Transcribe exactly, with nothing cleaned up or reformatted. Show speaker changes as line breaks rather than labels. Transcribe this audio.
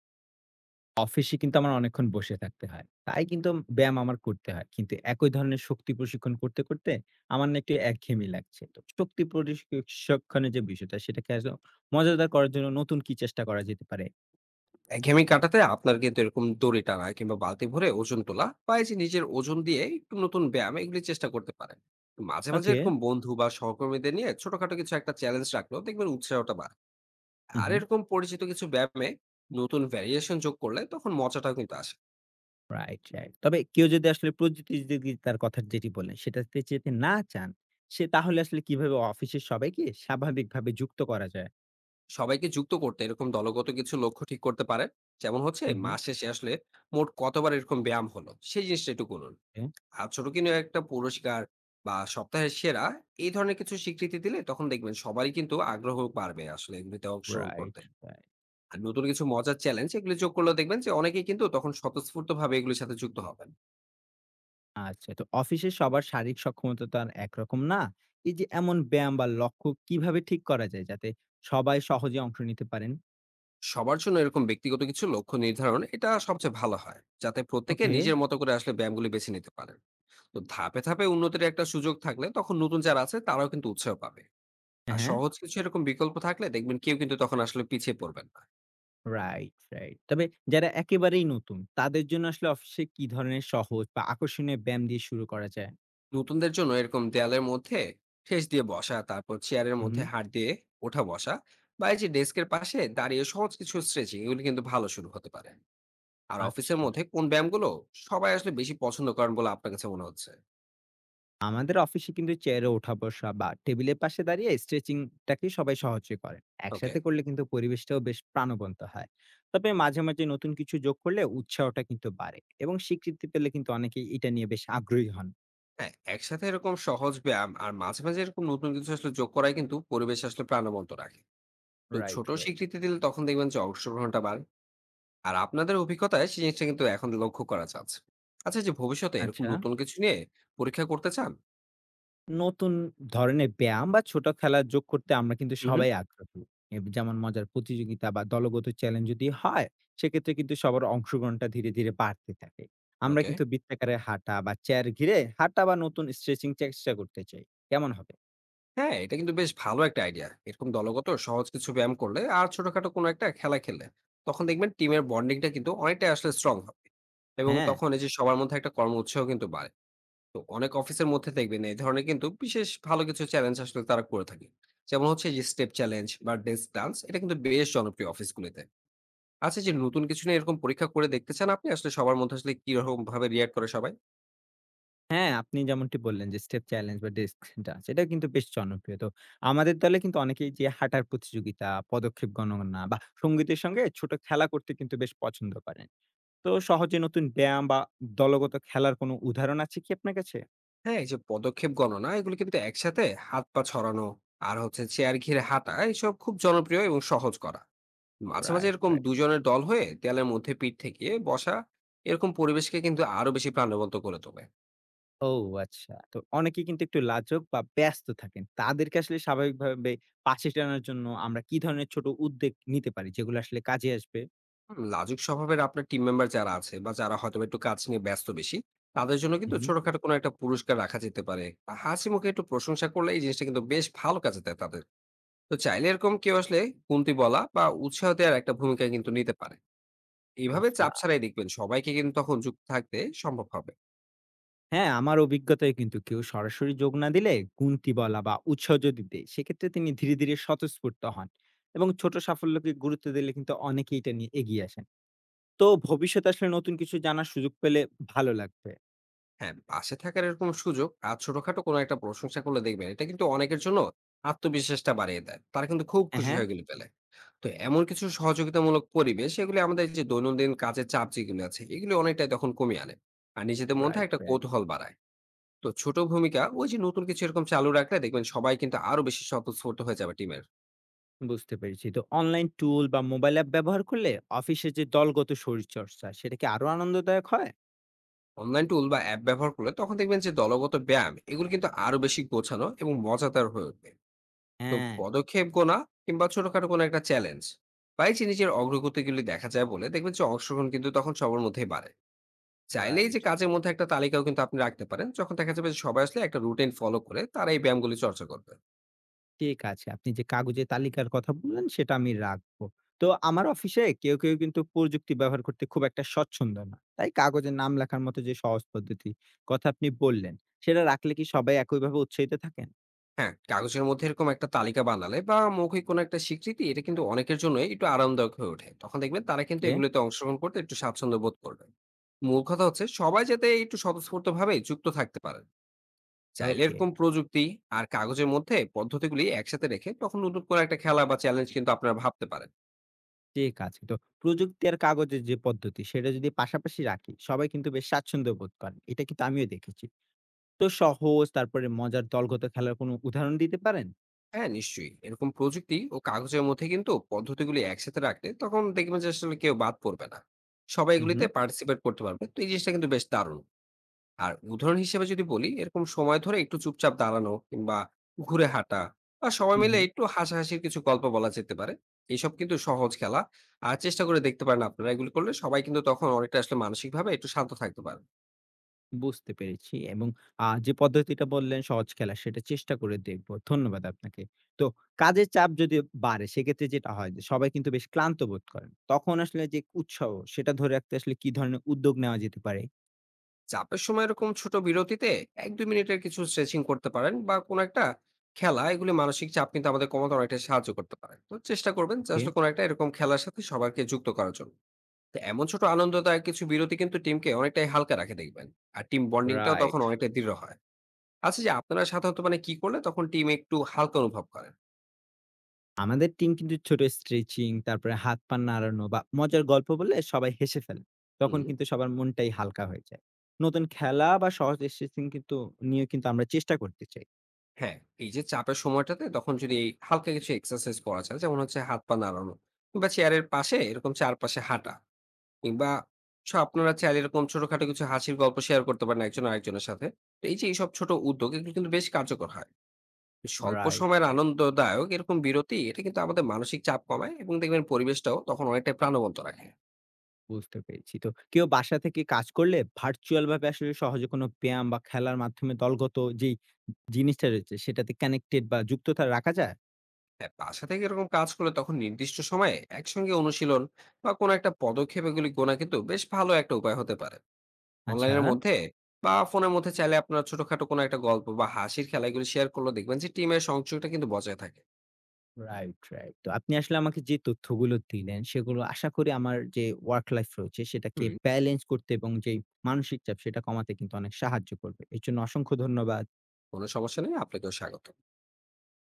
অফিসে কিন্তু আমার অনেকক্ষণ বসে থাকতে হয়। তাই কিন্তু ব্যায়াম আমার করতে হয়। কিন্তু একই ধরনের শক্তি প্রশিক্ষণ করতে, করতে আমার না একটু একঘেয়েমি লাগছে। তো শক্তি প্রশিক্ষণের যে বিষয়টা সেটাকে আসলে মজাদার করার জন্য নতুন কি চেষ্টা করা যেতে পারে?
একঘেয়েমি কাটাতে আপনার কিন্তু এরকম দড়ি টানা কিংবা বালতি ভরে ওজন তোলা বা এই যে নিজের ওজন দিয়ে একটু নতুন ব্যায়াম এগুলি চেষ্টা করতে পারেন। মাঝে মাঝে
ওকে।
এরকম বন্ধু বা সহকর্মীদের নিয়ে ছোটখাটো কিছু একটা চ্যালেঞ্জ রাখলেও দেখবেন উৎসাহটা বাড়ে।
হু,
আর
হু।
এরকম পরিচিত কিছু ব্যায়ামে নতুন ভ্যারিয়েশন যোগ করলে তখন মজাটাও কিন্তু আসে।
Right, right. তবে কেউ যদি আসলে প্রযুক্তিযোগিতার কথা যেটি বললেন সেটাতে যেতে না চান, সে তাহলে আসলে কিভাবে অফিসের সবাইকে স্বাভাবিকভাবে যুক্ত করা যায়?
সবাইকে যুক্ত করতে এরকম দলগত কিছু লক্ষ্য ঠিক করতে পারেন, যেমন হচ্ছে
হু, হু।
মাস শেষে আসলে মোট কতবার এরকম ব্যায়াম হলো সেই জিনিসটা একটু করুন।
ওকে।
আর ছোট কোনো একটা পুরস্কার বা সপ্তাহের সেরা এই ধরনের কিছু স্বীকৃতি দিলে তখন দেখবেন সবারই কিন্তু আগ্রহ বাড়বে আসলে এগুলিতে অংশগ্রহণ
রাইট,
করতে।
রাইট।
আর নতুন কিছু মজার চ্যালেঞ্জ এগুলি যোগ করলেও দেখবেন যে অনেকেই কিন্তু তখন স্বতঃস্ফূর্তভাবে এগুলির সাথে যুক্ত হবেন।
আচ্ছা। তো অফিসে সবার শারীরিক সক্ষমতা তো আর একরকম না। এই যে এমন ব্যায়াম বা লক্ষ্য কিভাবে ঠিক করা যায় যাতে সবাই সহজে অংশ নিতে পারেন?
সবার জন্য এরকম ব্যক্তিগত কিছু লক্ষ্য নির্ধারণ এটা সবচেয়ে ভালো হয়। যাতে প্রত্যেকে
ওকে।
নিজের মতো করে আসলে ব্যায়ামগুলি বেছে নিতে পারেন। তো ধাপে, ধাপে উন্নতির একটা সুযোগ থাকলে তখন নতুন যারা আছে তারাও কিন্তু উৎসাহ পাবে। আর
হ্যাঁ,
সহজ কিছু এরকম বিকল্প থাকলে দেখবেন কেউ কিন্তু তখন আসলে পিছিয়ে পড়বেন না।
Right, right. তবে যারা একেবারেই নতুন তাদের জন্য আসলে অফিসে কি ধরনের সহজ বা আকর্ষণীয় ব্যায়াম দিয়ে শুরু করা যায়?
নতুনদের জন্য এরকম দেয়ালের মধ্যে ঠেস দিয়ে বসা, তারপর চেয়ারের
হু, হু।
মধ্যে হাত দিয়ে ওঠা বসা বা এই যে ডেস্কের পাশে দাঁড়িয়ে সহজ কিছু স্ট্রেচিং, এগুলো কিন্তু ভালো শুরু হতে পারে। আর
আচ্ছা।
অফিসের মধ্যে কোন ব্যায়ামগুলো সবাই আসলে বেশি পছন্দ করেন বলে আপনার কাছে মনে হচ্ছে?
আমাদের অফিসে কিন্তু চেয়ারে ওঠা বসা বা টেবিলের পাশে দাঁড়িয়ে স্ট্রেচিংটাকে সবাই সহজে করেন।
ওকে।
একসাথে করলে কিন্তু পরিবেশটাও বেশ প্রাণবন্ত হয়। তবে মাঝে মাঝে নতুন কিছু যোগ করলে উৎসাহটা কিন্তু বাড়ে এবং স্বীকৃতি পেলে কিন্তু অনেকেই এটা নিয়ে বেশ আগ্রহী হন।
হ্যাঁ, একসাথে এরকম সহজ ব্যায়াম আর মাঝে মাঝে এরকম নতুন কিছু আসলে যোগ করাই কিন্তু পরিবেশ আসলে প্রাণবন্ত রাখে। তো
রাইট,
ছোট
রাইট।
স্বীকৃতি দিলে তখন দেখবেন যে অংশগ্রহণটা বাড়ে। আর আপনাদের অভিজ্ঞতায় সেই জিনিসটা কিন্তু এখন লক্ষ্য করা যাচ্ছে। আচ্ছা, যে ভবিষ্যতে এরকম
আচ্ছা,
নতুন কিছু নিয়ে পরীক্ষা করতে চান?
নতুন ধরনের ব্যায়াম বা ছোট খেলা যোগ করতে আমরা কিন্তু
হুম।
সবাই আগ্রহী। এ যেমন মজার প্রতিযোগিতা বা দলগত চ্যালেঞ্জ যদি হয়, সেক্ষেত্রে কিন্তু সবার অংশগ্রহণটা ধীরে, ধীরে বাড়তে থাকে। আমরা
ওকে।
কিন্তু বৃত্তাকারে হাঁটা বা চেয়ার ঘিরে হাঁটা বা নতুন স্ট্রেচিং চেষ্টা করতে চাই। কেমন হবে?
হ্যাঁ, এটা কিন্তু বেশ ভালো একটা আইডিয়া। এরকম দলগত সহজ কিছু ব্যায়াম করলে আর ছোটখাটো কোনো একটা খেলা খেললে, তখন দেখবেন টিমের বন্ডিংটা কিন্তু অনেকটাই আসলে স্ট্রং হবে। এবং
হ্যাঁ,
তখন এই যে সবার মধ্যে একটা কর্ম উৎসাহ কিন্তু বাড়ে। তো অনেক অফিসের মধ্যে দেখবেন এই ধরনের কিন্তু বিশেষ ভালো কিছু চ্যালেঞ্জ আসলে তারা করে থাকে। যেমন হচ্ছে এই যে স্টেপ চ্যালেঞ্জ বা ডেস্ক ডান্স, এটা কিন্তু বেশ জনপ্রিয় অফিসগুলিতে। আচ্ছা, যে নতুন কিছু নিয়ে এরকম পরীক্ষা করে দেখতে চান আপনি, আসলে সবার মধ্যে আসলে কিরকম ভাবে রিঅ্যাক্ট করে সবাই?
হ্যাঁ, আপনি যেমনটি বললেন যে স্টেপ চ্যালেঞ্জ বা ডেস্ক ডান্স এটাও কিন্তু বেশ জনপ্রিয়। তো আমাদের দলে কিন্তু অনেকেই যে হাঁটার প্রতিযোগিতা, পদক্ষেপ গণনা বা সঙ্গীতের সঙ্গে ছোট খেলা করতে কিন্তু বেশ পছন্দ করেন। তো সহজে নতুন ব্যায়াম বা দলগত খেলার কোনো উদাহরণ আছে কি আপনার কাছে?
হ্যাঁ, এই যে পদক্ষেপ গণনা, এগুলো কিন্তু একসাথে হাত পা ছড়ানো, আর হচ্ছে চেয়ার ঘিরে হাঁটা, এইসব খুব জনপ্রিয় এবং সহজ করা। মাঝে মাঝে
রাইট,
এরকম
রাইট।
দুজনের দল হয়ে দেয়ালের মধ্যে পিঠ থেকে বসা এরকম পরিবেশকে কিন্তু আরো বেশি প্রাণবন্ত করে তোলে।
ও আচ্ছা। তো অনেকে কিন্তু একটু লাজুক বা ব্যস্ত থাকেন। তাদেরকে আসলে স্বাভাবিকভাবে পাশে টানার জন্য আমরা কি ধরনের ছোট উদ্যোগ নিতে পারি যেগুলো আসলে কাজে আসবে?
হুম, লাজুক স্বভাবের আপনার টিম মেম্বার যারা আছে বা যারা হয়তো একটু কাজ নিয়ে ব্যস্ত বেশি, তাদের জন্য
হু,
কিন্তু
হু,
ছোটখাটো কোনো একটা পুরস্কার রাখা যেতে পারে বা হাসি মুখে একটু প্রশংসা করলে এই জিনিসটা কিন্তু বেশ ভালো কাজে দেয় তাদের। তো চাইলে এরকম কেউ আসলে কুন্তি বলা বা উৎসাহ দেওয়ার একটা ভূমিকা কিন্তু নিতে পারে। এইভাবে চাপ
বুঝলাম।
ছাড়াই দেখবেন সবাইকে কিন্তু তখন যুক্ত থাকতে সম্ভব হবে।
হ্যাঁ, আমার অভিজ্ঞতায় কিন্তু কেউ সরাসরি যোগ না দিলে গুনতি বলা বা উৎসাহ যদি দেই, সেক্ষেত্রে তিনি ধীরে, ধীরে স্বতঃস্ফূর্ত হন এবং ছোট সাফল্যকে গুরুত্ব দিলে কিন্তু অনেকেই এটা নিয়ে এগিয়ে আসেন। তো ভবিষ্যতে আসলে নতুন কিছু জানার সুযোগ পেলে ভালো লাগবে।
হ্যাঁ, পাশে থাকার এরকম সুযোগ আর ছোটখাটো কোনো একটা প্রশংসা করলে দেখবেন এটা কিন্তু অনেকের জন্য আত্মবিশ্বাসটা বাড়িয়ে দেয়, তারা কিন্তু খুব
হ্যাঁ,
খুশি
হ্যাঁ।
হয়ে গেলে পেলে। তো এমন কিছু সহযোগিতামূলক পরিবেশ এগুলি আমাদের যে দৈনন্দিন কাজের চাপ যেগুলো আছে এগুলি অনেকটাই তখন কমিয়ে আনে আর নিজেদের মধ্যে
রাইট,
একটা
রাইট।
কৌতূহল বাড়ায়। তো ছোট ভূমিকা ওই যে নতুন কিছু এরকম চালু রাখলে দেখবেন সবাই কিন্তু আরো বেশি স্বতঃস্ফূর্ত হয়ে যাবে টিমের।
বুঝতে পেরেছি। তো অনলাইন টুল বা মোবাইল অ্যাপ ব্যবহার করলে অফিসে যে দলগত শরীরচর্চা সেটা কি আরো আনন্দদায়ক হয়?
অনলাইন টুল বা অ্যাপ ব্যবহার করলে তখন দেখবেন যে দলগত ব্যায়াম এগুলো কিন্তু আরো বেশি গোছানো এবং মজাদার হয়ে উঠবে। তো
হ্যাঁ,
পদক্ষেপ গোনা কিংবা ছোটখাটো কোনো একটা চ্যালেঞ্জ বা এই যে নিজের অগ্রগতিগুলি দেখা যায় বলে দেখবেন যে অংশগ্রহণ কিন্তু তখন সবার মধ্যেই বাড়ে। চাইলেই যে
রাইট।
কাজের মধ্যে একটা তালিকাও কিন্তু আপনি রাখতে পারেন, যখন দেখা যাবে যে সবাই আসলে একটা রুটিন ফলো করে তারা এই ব্যায়ামগুলি চর্চা করবে।
ঠিক আছে। আপনি যে কাগজে তালিকার কথা বললেন সেটা আমি রাখবো। তো আমার অফিসে কেউ, কেউ কিন্তু প্রযুক্তি ব্যবহার করতে খুব একটা স্বচ্ছন্দ না। তাই কাগজে নাম লেখার মতো যে সহজ পদ্ধতি কথা আপনি বললেন, সেটা রাখলে কি সবাই একইভাবে উৎসাহিত থাকেন?
হ্যাঁ, কাগজের মধ্যে এরকম একটা তালিকা বানালে বা মৌখিক কোনো একটা স্বীকৃতি, এটা কিন্তু অনেকের জন্য একটু আরামদায়ক হয়ে ওঠে। তখন দেখবেন তারা কিন্তু
ওকে,
এগুলোতে অংশগ্রহণ করতে একটু স্বাচ্ছন্দ্য বোধ করবে। মূল কথা হচ্ছে সবাই যাতে একটু স্বতঃস্ফূর্তভাবে যুক্ত থাকতে পারে। চাইলে
ওকে।
এরকম প্রযুক্তি আর কাগজের মধ্যে পদ্ধতিগুলি একসাথে রেখে তখন নতুন করে একটা খেলা বা চ্যালেঞ্জ কিন্তু আপনারা ভাবতে পারেন।
যে কাজ তো প্রযুক্তি আর কাগজের যে পদ্ধতি সেটা যদি পাশাপাশি রাখি সবাই কিন্তু বেশ স্বাচ্ছন্দ্য বোধ করেন, এটা কিন্তু আমিও দেখেছি। তো সহজ তারপরে মজার দলগত খেলার কোনো উদাহরণ দিতে পারেন?
হ্যাঁ, নিশ্চয়ই। এরকম প্রযুক্তি ও কাগজের মধ্যে কিন্তু পদ্ধতিগুলি একসাথে রাখলে তখন দেখবেন যে আসলে কেউ বাদ পড়বে না। সবাই
হুম,
এগুলিতে
হুম।
পার্টিসিপেট করতে পারবে। তো এই জিনিসটা কিন্তু বেশ দারুণ। আর উদাহরণ হিসেবে যদি বলি, এরকম সময় ধরে একটু চুপচাপ দাঁড়ানো কিংবা ঘুরে হাঁটা বা সবাই
হুম,
মিলে
হুম।
একটু হাসাহাসির কিছু গল্প বলা যেতে পারে। এইসব কিন্তু সহজ খেলা, আর চেষ্টা করে দেখতে পারেন আপনারা এগুলো করলে সবাই কিন্তু তখন অনেকটা আসলে মানসিক ভাবে একটু শান্ত থাকতে পারে।
বুঝতে পেরেছি। এবং আহ, যে পদ্ধতিটা বললেন সহজ খেলা সেটা চেষ্টা করে দেখবো। ধন্যবাদ আপনাকে। তো কাজের চাপ যদি বাড়ে, সেক্ষেত্রে যেটা হয় যে সবাই কিন্তু বেশ ক্লান্ত বোধ করেন, তখন আসলে যে উৎসাহ সেটা ধরে রাখতে আসলে কি ধরনের উদ্যোগ নেওয়া যেতে পারে?
চাপের সময় এরকম ছোট বিরতিতে এক দুই মিনিটের কিছু স্ট্রেচিং করতে পারেন বা কোনো একটা খেলা, এগুলি মানসিক চাপ কিন্তু আমাদের কমাতে অনেকটা সাহায্য করতে পারে। তো চেষ্টা করবেন যে
ওকে।
আসলে কোনো একটা এরকম খেলার সাথে সবাইকে যুক্ত করার জন্য। তো এমন ছোট আনন্দদায়ক কিছু বিরতি কিন্তু টিমকে অনেকটাই হালকা রাখে দেখবেন। আর টিম বন্ডিংটাও হুম। তখন
রাইট।
অনেকটাই দৃঢ় হয়। আচ্ছা, যে আপনারা সাধারণত মানে কি করলে তখন টিম একটু হালকা অনুভব করেন?
আমাদের টিম কিন্তু ছোট স্ট্রেচিং, তারপরে হাত পা নাড়ানো বা মজার গল্প বললে সবাই হেসে ফেলে। তখন
হুম।
কিন্তু সবার মনটাই হালকা হয়ে যায়। নতুন খেলা বা সহজ স্ট্রেচিং কিন্তু নিয়ে কিন্তু আমরা চেষ্টা করতে চাই।
হ্যাঁ, এই যে চাপের সময়টাতে তখন যদি এই হালকা কিছু এক্সারসাইজ করা যায়, যেমন হচ্ছে হাত পা নাড়ানো কিংবা চেয়ারের পাশে এরকম চারপাশে হাঁটা, কিংবা স আপনারা চাইলে এরকম ছোটখাটো কিছু হাসির গল্প শেয়ার করতে পারেন একজন আরেকজনের সাথে। তো এই যে এইসব ছোট উদ্যোগ এগুলো কিন্তু বেশ কার্যকর হয়। স্বল্প
রাইট,
সময়ের
রাইট।
আনন্দদায়ক এরকম বিরতি এটা কিন্তু আমাদের মানসিক চাপ কমায় এবং দেখবেন পরিবেশটাও তখন অনেকটাই প্রাণবন্ত রাখে।
বুঝতে পেরেছি। তো কেউ বাসা থেকে কাজ করলে ভার্চুয়াল ভাবে আসলে সহজে কোনো ব্যায়াম বা খেলার মাধ্যমে দলগত যেই জিনিসটা রয়েছে সেটাতে কানেক্টেড বা যুক্ততা রাখা যায়?
হ্যাঁ, বাসা থেকে এরকম কাজ করলে তখন নির্দিষ্ট সময়ে একসঙ্গে অনুশীলন বা কোনো একটা পদক্ষেপ এগুলি গোনা কিন্তু বেশ ভালো একটা উপায় হতে পারে।
আচ্ছা।
অনলাইনের মধ্যে বা ফোনের মধ্যে চাইলে আপনার ছোটখাটো কোনো একটা গল্প বা হাসির খেলা এগুলি শেয়ার করলে দেখবেন যে টিমের সংযোগটা কিন্তু বজায় থাকে।
Right, right. তো আপনি আসলে আমাকে যে তথ্যগুলো দিলেন সেগুলো আশা করি আমার যে ওয়ার্ক লাইফ রয়েছে সেটাকে
হুম।
ব্যালেন্স করতে এবং যেই মানসিক চাপ সেটা কমাতে কিন্তু অনেক সাহায্য করবে। এর জন্য অসংখ্য ধন্যবাদ।
কোনো সমস্যা নেই, আপনাকেও স্বাগত।